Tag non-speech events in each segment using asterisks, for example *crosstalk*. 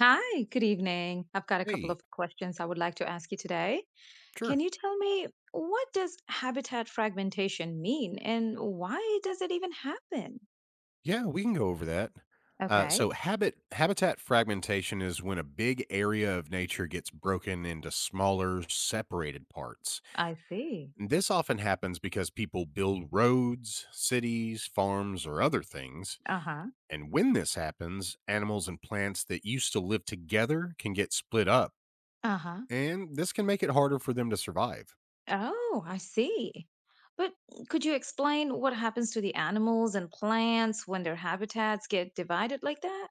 Hi, good evening. I've got a couple Hey, of questions I would like to ask you today. Can sure. you tell me what does habitat fragmentation mean and why does it even happen? Yeah, we can go over that. Uh, so Okay, habit habitat fragmentation is when a big area of nature gets broken into smaller, separated parts. I see. This often happens because people build roads, cities, farms, or other things. Uh-huh. And when this happens, animals and plants that used to live together can get split up, Uh-huh. and this can make it harder for them to survive. Oh, I see. But could you explain what happens to the animals and plants when their habitats get divided like that?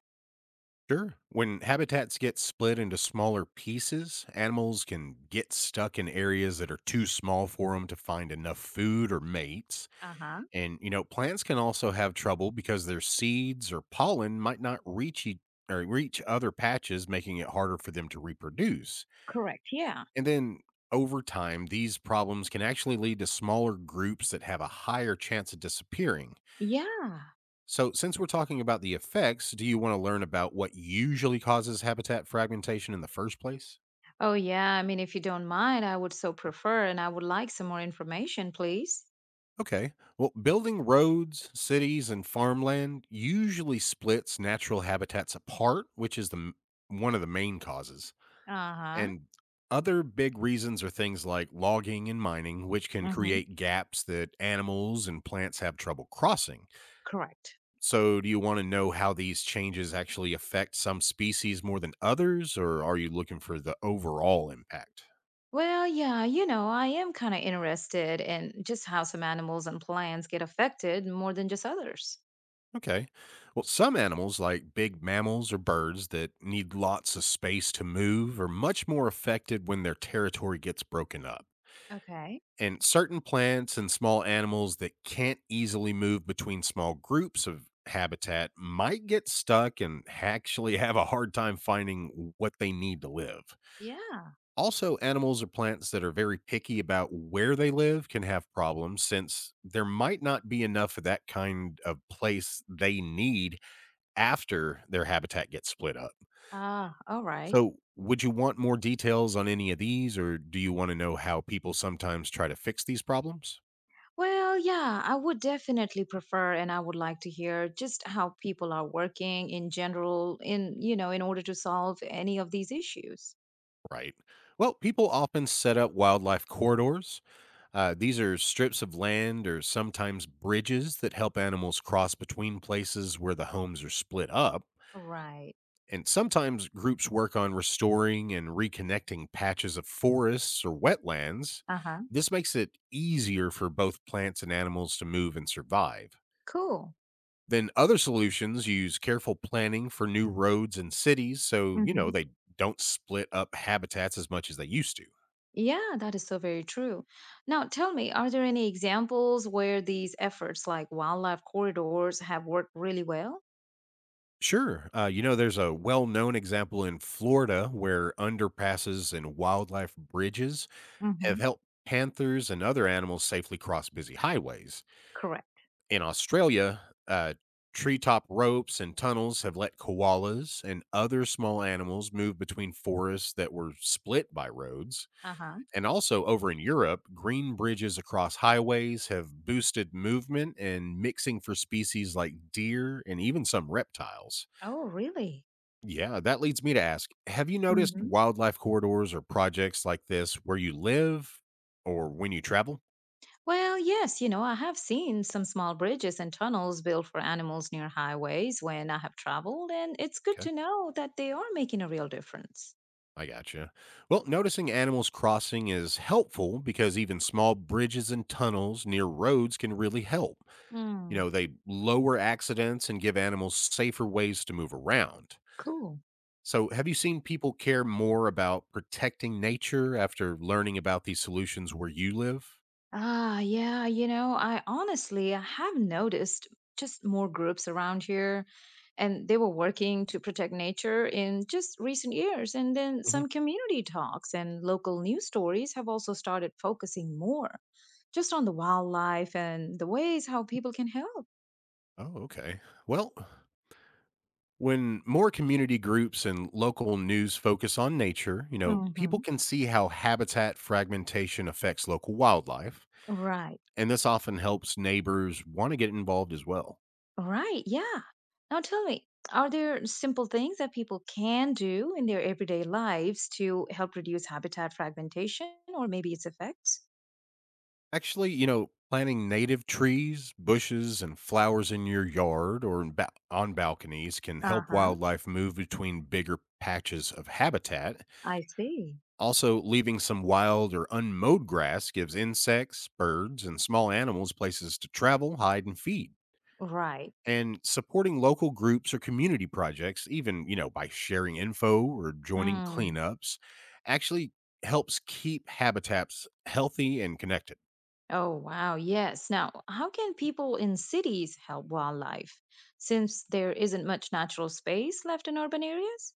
Sure. When habitats get split into smaller pieces, animals can get stuck in areas that are too small for them to find enough food or mates. Uh-huh. Plants can also have trouble because their seeds or pollen might not reach each or reach other patches, making it harder for them to reproduce. Correct. Yeah. And then over time, these problems can actually lead to smaller groups that have a higher chance of disappearing. Yeah. So, since we're talking about the effects, do you want to learn about what usually causes habitat fragmentation in the first place? Oh, yeah. If you don't mind, I would so prefer and I would like some more information, please. Okay. Well, building roads, cities, and farmland usually splits natural habitats apart, which is one of the main causes. Uh-huh. And other big reasons are things like logging and mining, which can Hmm. create gaps that animals and plants have trouble crossing. Correct. So, do you want to know how these changes actually affect some species more than others, or are you looking for the overall impact? Well, yeah, I am interested in just how some animals and plants get affected more than just others. Okay. Well, some animals, like big mammals or birds that need lots of space to move, are much more affected when their territory gets broken up. Okay. And certain plants and small animals that can't easily move between small groups of habitat might get stuck and actually *laughs* have a hard time finding what they need to live. Yeah. Also, animals or plants that are very picky about where they live can have problems since there might not be enough of that kind of place they need after their habitat gets split up. Ah, all right. So, would you want more details on any of these, or do you want to know how people sometimes try to fix these problems? Well, yeah, I would definitely prefer and I would like to hear just how people are working in general in order to solve any of these issues. Right. Well, people often set up wildlife corridors. These are strips of land or sometimes bridges that help animals cross between places where the homes are split up. Right. And sometimes groups work on restoring and reconnecting patches of forests or wetlands. Uh huh. This makes it easier for both plants and animals to move and survive. Cool. Then other solutions use careful planning for new roads and cities so, Hmm. they don't split up habitats as much as they used to. Yeah, that is so very true. Now, tell me, are there any examples where these efforts like wildlife corridors have worked really well? Sure. There's a well known example in Florida where underpasses and wildlife bridges have Hmm. helped panthers and other animals safely cross busy highways. Correct. In Australia, uh, treetop ropes and tunnels have let koalas and other small animals move between forests that were split by roads. Uh huh. And also over in Europe, green bridges across highways have boosted movement and mixing for species like deer and even some reptiles. Oh, really? Yeah, that leads me to ask, have you noticed Hmm. wildlife corridors or projects like this where you live or when you travel? Well, yes, I have seen some small bridges and tunnels built for animals near highways when I have traveled, and it's good Okay. to know that they are making a real difference. I gotcha. Well, noticing animals crossing is helpful because even small bridges and tunnels near roads can really help. Hmm, They lower accidents and give animals safer ways to move around. cool. So, have you seen people care more about protecting nature after learning about these solutions where you live? Ah, yeah, I have noticed just more groups around here and they were working to protect nature in just recent years, and then Hmm. some community talks and local news stories have also started focusing more just on the wildlife and the ways how people can help. Oh, okay. Well, when more community groups and local news focus on nature, people Hmm. can see how habitat fragmentation affects local wildlife. Right. And this often helps neighbors want to get involved as well. Right. Yeah. Now tell me, are there simple things that people can do in their everyday lives to help reduce habitat fragmentation or maybe its effects? Actually, planting native trees, bushes, and flowers in your yard or on balconies can help Uh-huh. wildlife move between bigger patches of habitat. I see. Also, leaving some wild or unmowed grass gives insects, birds, and small animals places to travel, hide, and feed. Right. And supporting local groups or community projects, even by sharing info or joining Mm. cleanups, actually helps keep habitats healthy and connected. Oh, wow. Yes. Now, how can people in cities help wildlife since there isn't much natural space left in urban areas?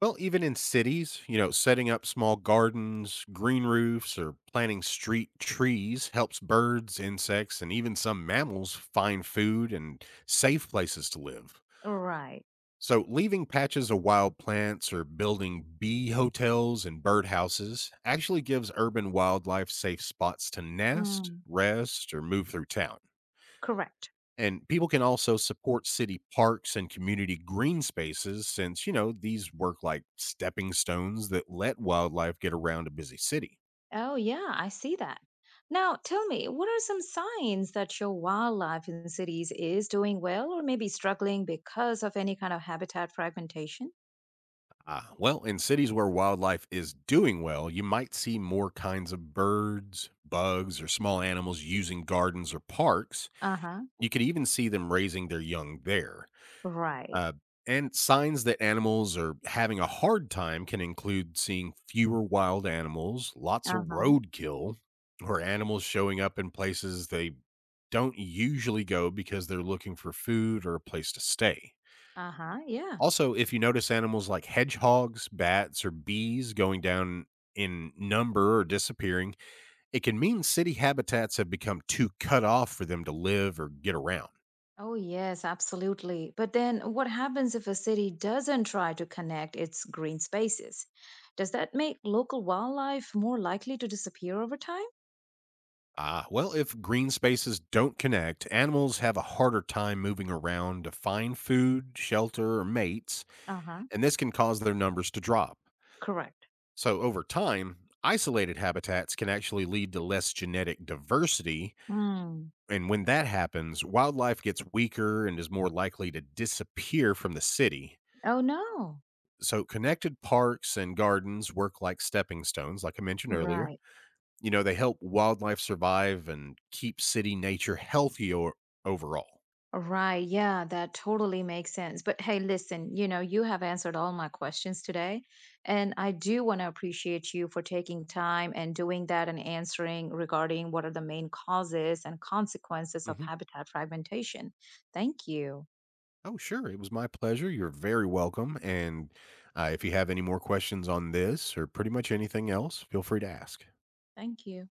Well, even in cities, setting up small gardens, green roofs, or planting street trees helps birds, insects, and even some mammals find food and safe places to live. Right. So, leaving patches of wild plants or building bee hotels and birdhouses actually gives urban wildlife safe spots to nest, Mm. rest, or move through town. Correct. And people can also support city parks and community green spaces since, these work like stepping stones that let wildlife get around a busy city. Oh, yeah. I see that. Now, tell me, what are some signs that show wildlife in cities is doing well or maybe struggling because of any kind of habitat fragmentation? Ah, well, in cities where wildlife is doing well, you might see more kinds of birds, bugs, or small animals using gardens or parks. Uh-huh. You could even see them raising their young there. Right. Uh, and signs that animals are having a hard time can include seeing fewer wild animals, lots of Uh-huh. roadkill, or animals showing up in places they don't usually go because they're looking for food or a place to stay. Uh-huh. Yeah. Also, if you notice animals like hedgehogs, bats, or bees going down in number or disappearing, it can mean city habitats have become too cut off for them to live or get around. Oh, yes, absolutely. But then what happens if a city doesn't try to connect its green spaces? Does that make local wildlife more likely to disappear over time? Ah, well, if green spaces don't connect, animals have a harder time moving around to find food, shelter, or mates, Uh huh. and this can cause their numbers to drop. Correct. So, over time, isolated habitats can actually lead to less genetic diversity. Hmm. And when that happens, wildlife gets weaker and is more likely to disappear from the city. Oh, no. So, connected parks and gardens work like stepping stones, like I mentioned earlier. Right. They help wildlife survive and keep city nature healthier overall. Right. Yeah, that totally makes sense. But hey, listen, you have answered all my questions today. And I do want to appreciate you for taking time and doing that and answering regarding what are the main causes and consequences of Hmm. habitat fragmentation. Thank you. Oh, sure. It was my pleasure. You're very welcome. And if you have any more questions on this or pretty much anything else, feel free to ask. Thank you.